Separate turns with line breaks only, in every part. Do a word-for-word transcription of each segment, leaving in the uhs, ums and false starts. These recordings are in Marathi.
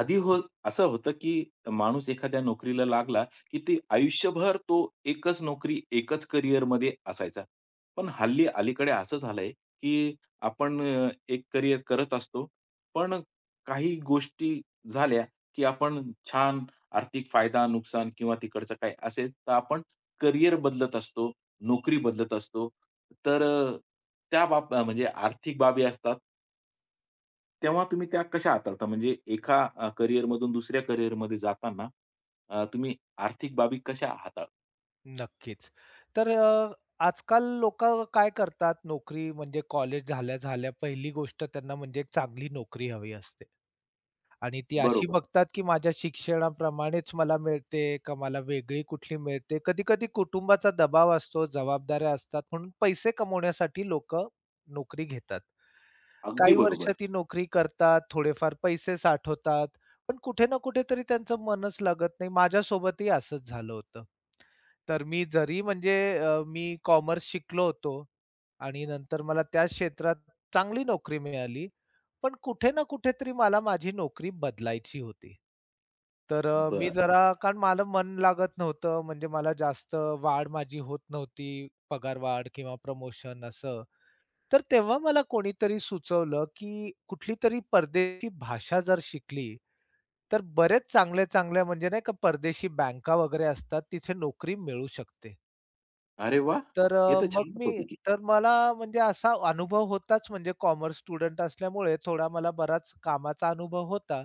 आधी हो असं होतं, की माणूस एखाद्या नोकरीला लागला, की ते आयुष्यभर तो एकच नोकरी, एकच करिअरमध्ये असायचा. पण हल्ली अलीकडे असं झालंय, की आपण अ, एक करिअर करत असतो. पण काही गोष्टी झाल्या, की आपण छान आर्थिक फायदा, नुकसान किंवा तिकडचं काय असेल, तर आपण करिअर बदलत असतो, नोकरी बदलत असतो. तर अ, त्या बाब अ, म्हणजे आर्थिक बाबी असतात. तेव्हा तुम्ही त्या कशा हाताळता? म्हणजे एका अ, करियरमधून दुसऱ्या करियरमध्ये जाताना अ, तुम्ही आर्थिक बाबी कशा हाताळता?
नक्कीच. तर अ, आजकाल लोकं काय करतात, नोकरी म्हणजे कॉलेज झाल्या-झाल्या पहिली गोष्ट त्यांना म्हणजे एक चांगली नोकरी हवी असते. आणि ती अशी
बरोबर.
बघतात, की माझ्या शिक्षणाप्रमाणेच मला मिळते का मला वेगळी कुठली मिळते. कधी-कधी कुटुंबाचा दबाव असतो, जबाबदाऱ्या असतात म्हणून पैसे कमवण्यासाठी लोकं नोकरी घेतात.
अगदी
काही वर्ष
बरोबर.
ती नोकरी करतात, थोडेफार पैसे साठवतात, पण कुठे ना कुठेतरी त्यांचं मनच लागत नाही. माझ्यासोबतही असंच झालं होतं. तर मी जरी म्हणजे अ, मी कॉमर्स शिकलो होतो आणि नंतर मला त्या क्षेत्रात चांगली नोकरी मिळाली. पण कुठे ना कुठेतरी मला माझी नोकरी बदलायची होती. तर अ, मी
बरं.
जरा कारण मला मन लागत नव्हतं, म्हणजे मला जास्त वाढ माझी होत नव्हती, पगार वाढ किंवा प्रमोशन असं. तर तेव्हा मला कोणीतरी सुचवलं, की कुठलीतरी परदेशी भाषा जर शिकली, तर बरेच चांगल्या-चांगल्या म्हणजे नाही का परदेशी बँका वगैरे असतात, तिथे नोकरी मिळू शकते.
अरे वाह!
तर
हे
अ,
तर
मग
छानच
मी
होती की.
तर मला म्हणजे असा अनुभव होताच म्हणजे कॉमर्स स्टुडंट असल्यामुळे थोडा मला बराच कामाचा अनुभव होता.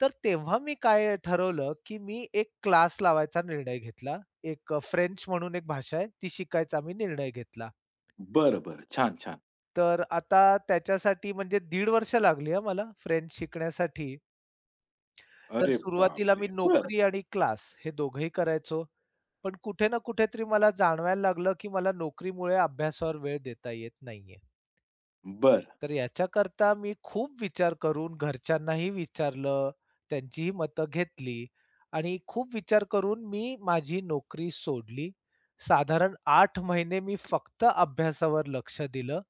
तर तेव्हा मी काय ठरवलं, की मी एक क्लास लावायचा निर्णय घेतला. एक अ, फ्रेंच म्हणून एक भाषा आहे, ती शिकायचा मी निर्णय घेतला.
बरं, बरं. छान, छान.
तर आता त्याच्यासाठी म्हणजे दीड वर्ष लागली हां मला फ्रेंच शिकण्यासाठी. तर
अरे
सुरुवातीला मी
बापरे! बरं,
नोकरी आणि क्लास हे दोघंही करायचो. पण कुठे ना कुठेतरी मला जाणवायला लागलं, की मला नोकरीमुळे अभ्यासावर वेळ देता येत नाहीये.
बरं.
तर याच्याकरता मी खूप विचार करून घरच्यांनाही विचारलं, त्यांचीही मतं घेतली आणि खूप विचार करून मी माझी नोकरी सोडली. साधारण आठ महिने मी फक्त अभ्यासावर लक्ष दिलं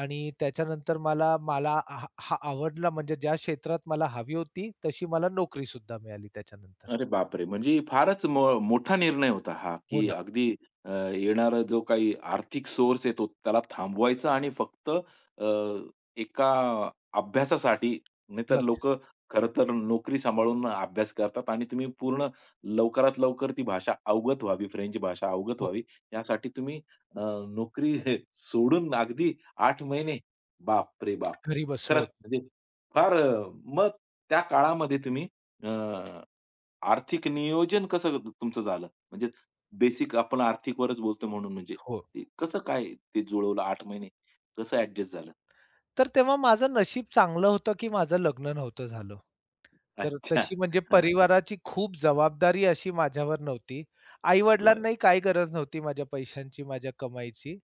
आणि त्याच्यानंतर मला मला हा हा आवडला म्हणजे ज्या क्षेत्रात मला हवी होती, तशी मला नोकरीसुद्धा मिळाली त्याच्यानंतर.
अरे बापरे! म्हणजे फारच मो मोठा निर्णय होता हा,
हो
की
ना.
अगदी अ, येणारा जो काही आर्थिक सोर्स आहे तो त्याला थांबवायचा आणि फक्त अ, एका अभ्यासासाठी, नाहीतर
लक्ष
लोकं खरं तर नोकरी सांभाळून अभ्यास करतात आणि तुम्ही पूर्ण लवकरात लवकर ती भाषा अवगत व्हावी, फ्रेंच भाषा अवगत
हो,
व्हावी यासाठी तुम्ही अ, नोकरी सोडून अगदी आठ महिने. बापरे बाप!
घरी बसलो
खरंच
होतो
म्हणजे फार अ, मग त्या काळामध्ये तुम्ही अ, आर्थिक नियोजन कसं तुमचं झालं? म्हणजे
मी.
बेसिक आपण आर्थिकवरच बोलतो म्हणून म्हणजे
हो.
ते कसं काय ते जुळवलं आठ महिने? कसं ॲडजस्ट झालं?
तर तेव्हा माझं नशीब चांगलं होतं, की माझं लग्न नव्हतं झालं. तर
अच्छा.
तशी म्हणजे
हां.
परिवाराची खूप जबाबदारी अशी माझ्यावर नव्हती.
बरं.
आई-वडिलांनाही काही गरज नव्हती माझ्या पैशांची, माझ्या कमाईची.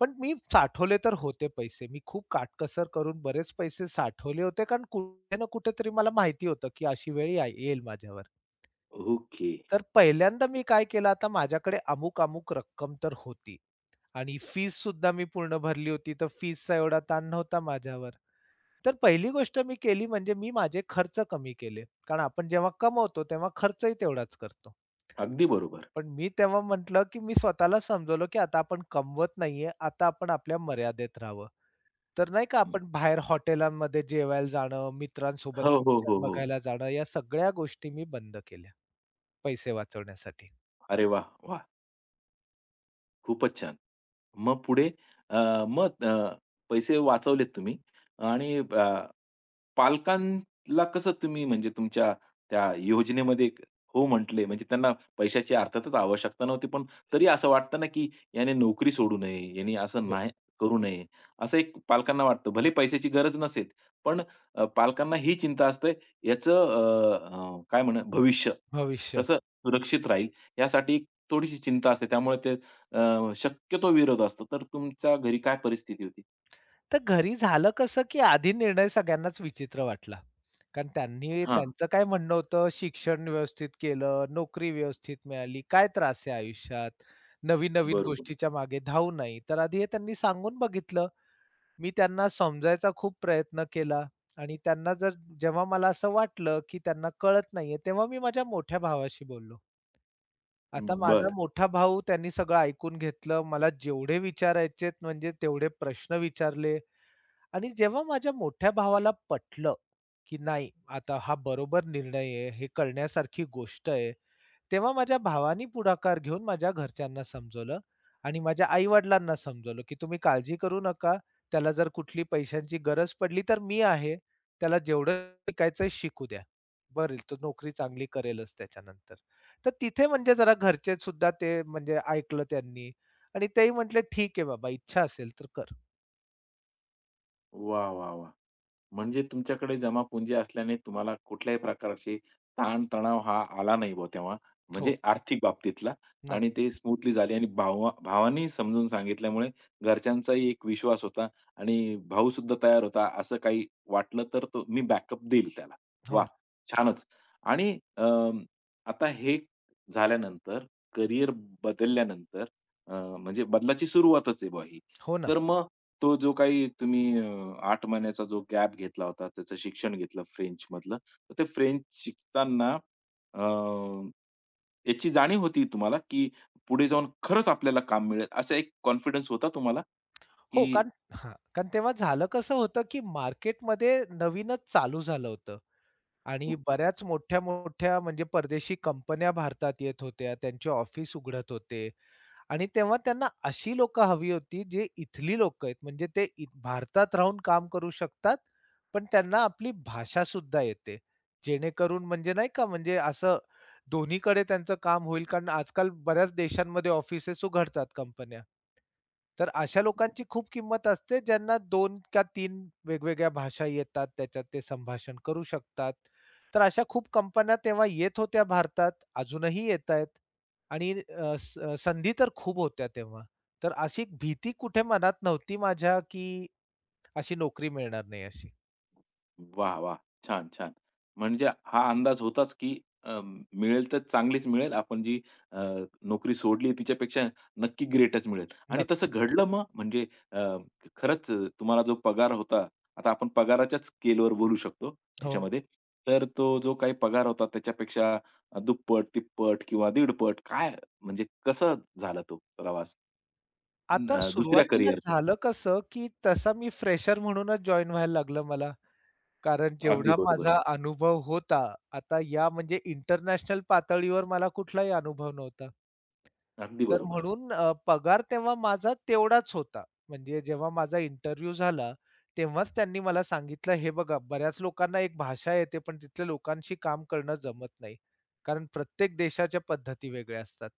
पण मी साठवले तर होते पैसे. मी खूप काटकसर करून बरेच पैसे साठवले होते, कारण कुठे ना कुठेतरी मला माहिती होतं, की अशी वेळ या येईल माझ्यावर.
ओके.
तर पहिल्यांदा मी काय केलं, आता माझ्याकडे अमुक-अमुक रक्कम तर होती आणि फीससुद्धा मी पूर्ण भरली होती, तर फीसचा एवढा ताण नव्हता माझ्यावर. तर पहिली गोष्ट मी केली म्हणजे मी माझे खर्च कमी केले. कारण आपण जेव्हा कमवतो तेव्हा खर्चही तेवढाच करतो.
अगदी बरोबर.
पण मी तेव्हा म्हटलं, की मी स्वतःला समजवलं, की आता आपण कमवत नाहीये, आता आपण आपल्या मर्यादेत राहावं. तर नाही का
हं.
आपण बाहेर हॉटेलांमध्ये जेवायला जाणं, मित्रांसोबत
हो, हो,
पिक्चर
हो, हो.
बघायला जाणं, या सगळ्या गोष्टी मी बंद केल्या पैसे वाचवण्यासाठी.
अरे वा, वाह! खूपच छान. मग पुढे अ, मग अ, पैसे वाचवलेत तुम्ही आणि अ पालकांला कसं तुम्ही म्हणजे तुमच्या त्या योजनेमध्ये क- हो म्हटले? म्हणजे त्यांना पैशाची अर्थातच आवश्यकता नव्हती, पण तरी असं वाटतं ना, की याने नोकरी सोडू नये, याने असं
हो,
नाही करू नये, असं एक पालकांना वाटतं. भले पैशाची गरज नसेल, पण अ, पालकांना ही चिंता असते, याचं अ, अ, काय म्हणू भविष्य
भविष्य.
कसं सुरक्षित राहील, यासाठी एक थोडीशी चिंता असते. त्यामुळे ते अ, शक्यतो विरोध असतो. तर तुमच्या घरी काय परिस्थिती होती?
तर घरी झालं कसं, की आधी निर्णय सगळ्यांनाच विचित्र वाटला. कारण त्यांनी
हां,
त्यांचं काय म्हणणं होतं, शिक्षण व्यवस्थित केलं, नोकरी व्यवस्थित मिळाली, काय त्रास आहे आयुष्यात? नवीन-नवीन
बरोबर.
गोष्टीच्या मागे धावू नाही. तर आधी हे त्यांनी सांगून बघितलं. मी त्यांना समजायचा खूप प्रयत्न केला आणि त्यांना जर जेव्हा मला असं वाटलं, की त्यांना कळत नाहीये, तेव्हा मी माझ्या मोठ्या भावाशी बोललो. आता माझा
बरं.
मोठा भाऊ त्यांनी सगळं ऐकून घेतलं. मला जेवढे विचारायचेत म्हणजे तेवढे प्रश्न विचारले. आणि जेव्हा माझ्या मोठ्या भावाला पटलं, की नाही आता हा बरोबर निर्णय आहे, हे करण्यासारखी गोष्ट आहे. तेव्हा माझ्या भावानी पुढाकार घेऊन माझ्या घरच्यांना समजवलं आणि माझ्या आई-वडिलांना समजवलं, की "तुम्ही काळजी करू नका. त्याला जर कुठली पैशांची गरज पडली तर मी आहे. त्याला जेवढं शिकायचंय शिकू द्या. बरेल तो नोकरी चांगली करेलच त्याच्यानंतर." तर तिथे म्हणजे जरा घरचे सुद्धा ते म्हणजे ऐकलं त्यांनी आणि तेही म्हटले, "ठीक आहे बाबा, इच्छा असेल तर कर."
वा, वाह, वाह! म्हणजे तुमच्याकडे जमापुंजी असल्याने तुम्हाला कुठल्याही प्रकारची ताण-तणाव हा आला नाही बुवा तेव्हा. म्हणजे
हो,
आर्थिक बाबतीतला आणि ते
नक्कीच.
स्मूथली झाली आणि भावा भावांनी समजून सांगितल्यामुळे घरच्यांचाही एक विश्वास होता आणि भाऊसुद्धा तयार होता. असं काही वाटलं तर तो मी बॅकअप देईल त्याला.
हो,
वाह! छानच. आणि अ, आता हे झाल्यानंतर करियर बदलल्यानंतर अ, म्हणजे बदलाची सुरुवातच आहे बुवा ही.
हो ना.
तर मग तो जो काही तुम्ही अ, आठ महिन्याचा जो गॅप घेतला होता, त्याचं शिक्षण घेतलं फ्रेंचमधलं. तर ते फ्रेंच शिकताना अ, याची जाणीव होती तुम्हाला, की पुढे जाऊन खरंच आपल्याला काम मिळेल, असा एक कॉन्फिडन्स होता तुम्हाला?
हो,
की
कारण हां, कारण तेव्हा झालं कसं होतं, की मार्केटमध्ये नवीनच चालू झालं होतं आणि
ओके
बऱ्याच मोठ्या-मोठ्या म्हणजे परदेशी कंपन्या भारतात येत होत्या. त्यांचे ऑफिस उघडत होते आणि तेव्हा त्यांना अशी लोकं हवी होती, जे इथली लोकं आहेत. म्हणजे ते इत भारतात राहून काम करू शकतात, पण त्यांना आपली भाषा सुद्धा येते. जेणेकरून म्हणजे नाही का, म्हणजे असं दोन्हीकडे त्यांचं काम होईल. कारण आजकाल बऱ्याच देशांमध्ये ऑफिसेस उघडतात कंपन्या. तर अशा लोकांची खूप किंमत असते, ज्यांना दोन का तीन वेगवेगळ्या भाषा येतात, त्याच्यात ते संभाषण करू शकतात. तर अशा खूप कंपन्या तेव्हा येत होत्या भारतात, अजूनही येतायत. आणि अ, स संधी तर खूप होत्या तेव्हा. तर अशी एक भीती कुठे मनात नव्हती माझ्या, की अशी नोकरी मिळणार नाही अशी.
वाह! वाह! छान, छान. म्हणजे हा अंदाज होताच, की अ, मिळेल तर चांगलीच मिळेल. आपण जी अ, नोकरी सोडली तिच्यापेक्षा नक्की ग्रेटच मिळेल आणि तसं
नक्कीच.
घडलं मग? म्हणजे अ, खरंच तुम्हाला जो पगार होता, आता आपण पगाराच्याच स्केलवर बोलू शकतो
हो.
याच्यामध्ये. तर तो जो काही पगार होता त्याच्यापेक्षा दुप्पट, तिप्पट किंवा दीडपट काय म्हणजे कसा झाला तो प्रवास
आता
अ, दुसऱ्या
सुरुवातीला
करिअरचा?
झालं कसं, की तसा मी फ्रेशर म्हणूनच जॉइन व्हायला लागलं मला. कारण
अगदी
जेवढा
बरोबर.
माझा अनुभव होता, आता या म्हणजे इंटरनॅशनल पातळीवर मला कुठलाही अनुभव नव्हता.
अगदी
तर
बरोबर.
म्हणून अ, पगार तेव्हा माझा तेवढाच होता. म्हणजे जेव्हा माझा इंटरव्ह्यू झाला, तेव्हाच त्यांनी मला सांगितलं, "हे बघा, बऱ्याच लोकांना एक भाषा येते, पण तिथल्या लोकांशी काम करणं जमत नाही, कारण प्रत्येक देशाच्या पद्धती वेगळ्या असतात."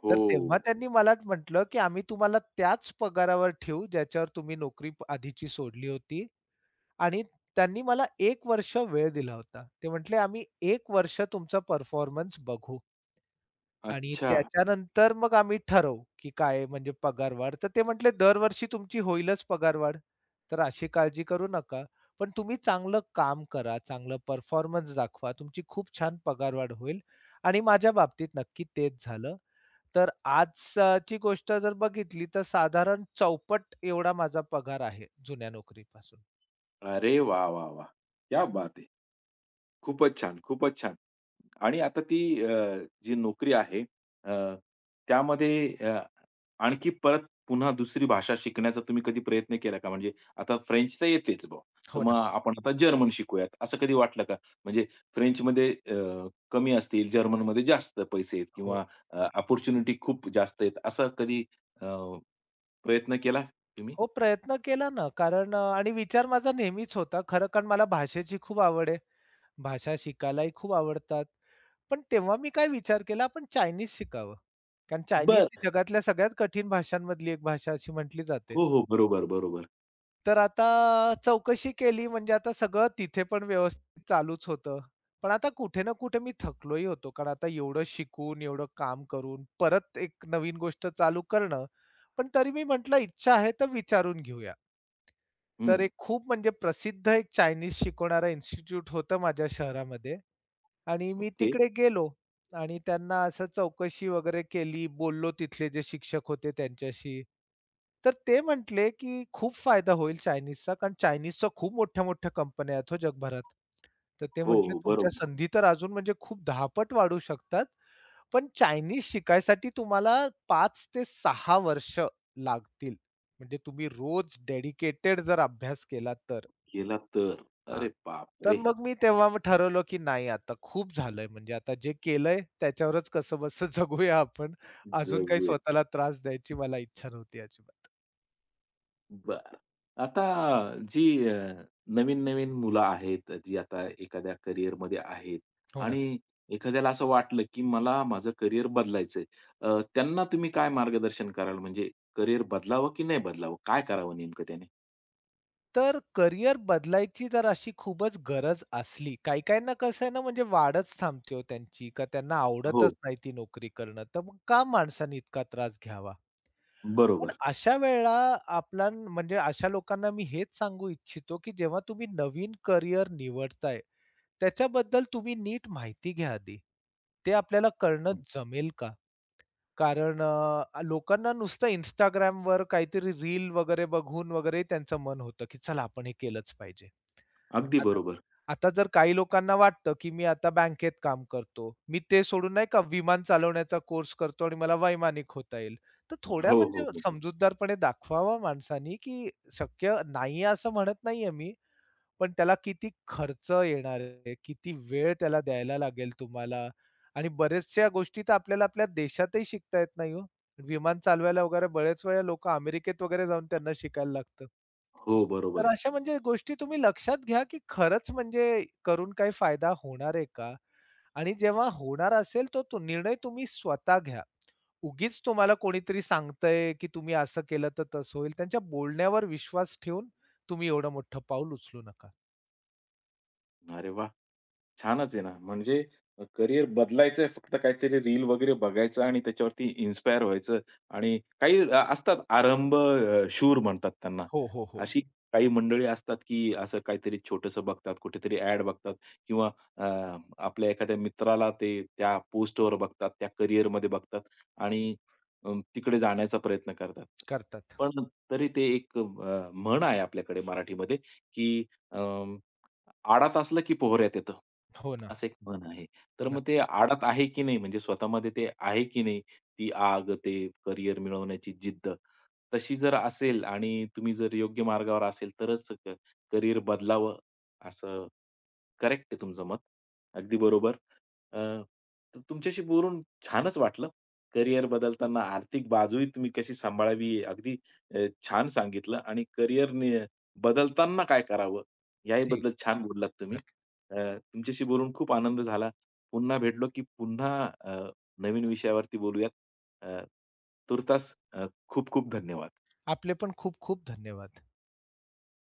हो.
तर तेव्हा त्यांनी मला म्हटलं, की "आम्ही तुम्हाला त्याच पगारावर ठेवू, ज्याच्यावर तुम्ही नोकरी प- आधीची सोडली होती आणि त्यांनी मला एक वर्ष वेळ दिला होता. ते म्हटले, "आम्ही एक वर्ष तुमचा परफॉर्मन्स बघू आणि
अच्छा.
त्याच्यानंतर मग आम्ही ठरवू, की काय म्हणजे पगारवाढ." तर ते म्हटले, "दरवर्षी तुमची होईलच पगारवाढ, तर अशी काळजी करू नका. पण तुम्ही चांगलं काम करा, चांगलं परफॉर्मन्स दाखवा, तुमची खूप छान पगारवाढ होईल." आणि माझ्या बाबतीत नक्की तेच झालं. तर आजची गोष्ट जर बघितली, तर साधारण चौपट एवढा माझा पगार आहे जुन्या नोकरीपासून.
अरे वा वा वा क्या बात है! खूपच छान, खूपच छान. आणि आता ती अ, जी नोकरी आहे अ, त्यामध्ये अ, आणखी परत पुन्हा दुसरी भाषा शिकण्याचा तुम्ही कधी प्रयत्न केला का? म्हणजे आता फ्रेंच तर येतेच बुवा, तर
हो
मग
ना.
आपण आता जर्मन शिकूयात असं कधी वाटलं का? म्हणजे फ्रेंचमध्ये अ, कमी असतील, जर्मनमध्ये जास्त पैसे आहेत
हो.
किंवा अपॉर्च्युनिटी खूप जास्त आहेत असा कधी अ, प्रयत्न केला तुम्ही?
हो, प्रयत्न केला ना. कारण अ, आणि विचार माझा नेहमीच होता. खरं कारण मला भाषेची खूप आवड आहे. भाषा शिकायलाही खूप आवडतात. पण तेव्हा मी काय विचार केला, आपण चायनीज शिकावं. कारण चायनीज
बरं.
ही जगातल्या सगळ्यात कठीण भाषांमधली एक भाषा अशी म्हटली जाते.
हो, हो. बरोबर, बरोबर.
तर आता चौकशी केली म्हणजे आता सगळं तिथे पण व्यवस्थित चालूच होतं. पण आता कुठे ना कुठे मी थकलोही होतो. कारण आता एवढं शिकून, एवढं काम करून, परत एक नवीन गोष्ट चालू करणं. पण तरी मी म्हटलं इच्छा आहे तर विचारून घेऊया. तर
हं.
एक खूप म्हणजे प्रसिद्ध एक चायनीज शिकवणारा इन्स्टिट्यूट होतं माझ्या शहरामध्ये आणि मी
ओके.
तिकडे गेलो. आणि त्यांना असं चौकशी वगैरे केली, बोललो तिथले जे शिक्षक होते त्यांच्याशी. तर ते म्हटले, की खूप फायदा होईल चायनीजचा, कारण चायनीजच्या खूप मोठ्या-मोठ्या कंपन्या आहेत हो जगभरात. तर ते
हो,
म्हटले,
हो.
"तुमच्या
बरोबर.
संधी तर अजून म्हणजे खूप दहा वाढू शकतात. पण चायनीज शिकायसाठी तुम्हाला पाच ते सहा वर्ष लागतील. म्हणजे तुम्ही रोज डेडिकेटेड जर अभ्यास केला तर."
केला तर.
हां.
अरे
तर
बापरे!
मग मी तेव्हा मग ठरवलं, की नाही आता खूप झालंय म्हणजे आता जे केलंय त्याच्यावरच कसंबसं जगूया आपण. अजून काही
जवळ.
स्वतःला त्रास द्यायची मला इच्छा नव्हती अजिबात.
बरं. आता जी अ, नवीन-नवीन मुलं आहेत, जी आता एखाद्या करिअरमध्ये आहेत
हो ना.
आणि एखाद्याला असं वाटलं, की मला माझं करिअर बदलायचंय. अ, त्यांना तुम्ही काय मार्गदर्शन कराल? म्हणजे करिअर बदलावं की नाही बदलावं? काय करावं नेमकं त्याने?
तर करिअर बदलायची जर अशी खूपच गरज असली, काही काहींना कसं आहे ना म्हणजे वाढच थांबते हो त्यांची का त्यांना आवडतच
हो.
नाही ती नोकरी करणं. तर मग का माणसाने इतका त्रास घ्यावा? पण
बरोबर.
अशा वेळेला आपला म्हणजे अशा लोकांना मी हेच सांगू इच्छितो, की जेव्हा तुम्ही नवीन करिअर निवडताय, त्याच्याबद्दल तुम्ही नीट माहिती घ्या आधी. ते आपल्याला करणं
हं.
जमेल का? कारण अ, लोकांना नुसतं Instagramवर काहीतरी रील वगैरे बघून वगैरे त्यांचं मन होतं, की चला आपण हे केलंच पाहिजे.
अगदी
आता
बरोबर.
आता जर काही लोकांना वाटतं, की मी आता बँकेत काम करतो. मी ते सोडून नाही का विमान चालवण्याचा कोर्स करतो आणि मला वैमानिक होता येईल. तर थोड्या
हो, हो,
म्हणजे
हो.
समजूतदारपणे दाखवावा माणसानी, की शक्य नाहीये असं म्हणत नाहीये मी. पण त्याला किती खर्च येणार आहे, किती वेळ त्याला द्यायला लागेल तुम्हाला आणि बऱ्याचशा गोष्टी तर आपल्याला आपल्या देशातही शिकता येत नाही हो. विमान चालवायला वगैरे बऱ्याच वेळा लोकं अमेरिकेत वगैरे जाऊन त्यांना शिकायला लागतं.
हो, बरोबर
तर
आहे.
अशा म्हणजे गोष्टी तुम्ही लक्षात घ्या, की खरंच म्हणजे करून काही फायदा होणार आहे का? आणि जेव्हा होणार असेल तो तो निर्णय तुम्ही स्वतः घ्या. उगीच तुम्हाला कोणीतरी सांगतंय, की तुम्ही असं केलं तर तसं होईल. त्यांच्या बोलण्यावर विश्वास ठेवून तुम्ही एवढं मोठं पाऊल उचलू नका.
अरे वा, छानच आहे ना. म्हणजे अ, करियर बदलायचंय फक्त काहीतरी रील वगैरे बघायचं आणि त्याच्यावरती इन्स्पायर व्हायचं आणि काही अ, असतात आरंभ अ, शूर म्हणतात त्यांना.
हो, हो, हो.
अशी काही मंडळी असतात, की असं काहीतरी छोटंसं बघतात, कुठेतरी ॲड बघतात किंवा अ, आपल्या एखाद्या मित्राला ते त्या पोस्टवर बघतात, त्या करिअरमध्ये बघतात आणि अ, तिकडे जाण्याचा प्रयत्न करतात.
करतात.
पण तरी ते एक अ, म्हण आहे आपल्याकडे मराठीमध्ये, की अ आडात असलं की पोहऱ्यात येतं.
हो ना.
असं एक म्हण आहे. तर मग ते
नक्की,
आडात आहे की नाही म्हणजे स्वतःमध्ये ते आहे की नाही ती आग, ते करियर मिळवण्याची जिद्द. तशी जर असेल आणि तुम्ही जर योग्य मार्गावर असेल तरच क करियर बदलावं असं करेक्ट आहे तुमचं मत. अगदी बरोबर. अ, तर तुमच्याशी बोलून छानच वाटलं. करियर बदलताना आर्थिक बाजूही तुम्ही कशी सांभाळावी, हे अगदी अ, छान सांगितलं आणि करियर नि बदलताना काय करावं, याही बद्दल छान हां. बोललात तुम्ही.
नक्की.
अ, तुमच्याशी बोलून खूप आनंद झाला. पुन्हा भेटलो की पुन्हा अ, नवीन विषयावरती बोलूयात. अ, तूर्तास अ, खूप खूप धन्यवाद.
आपले पण खूप खूप धन्यवाद.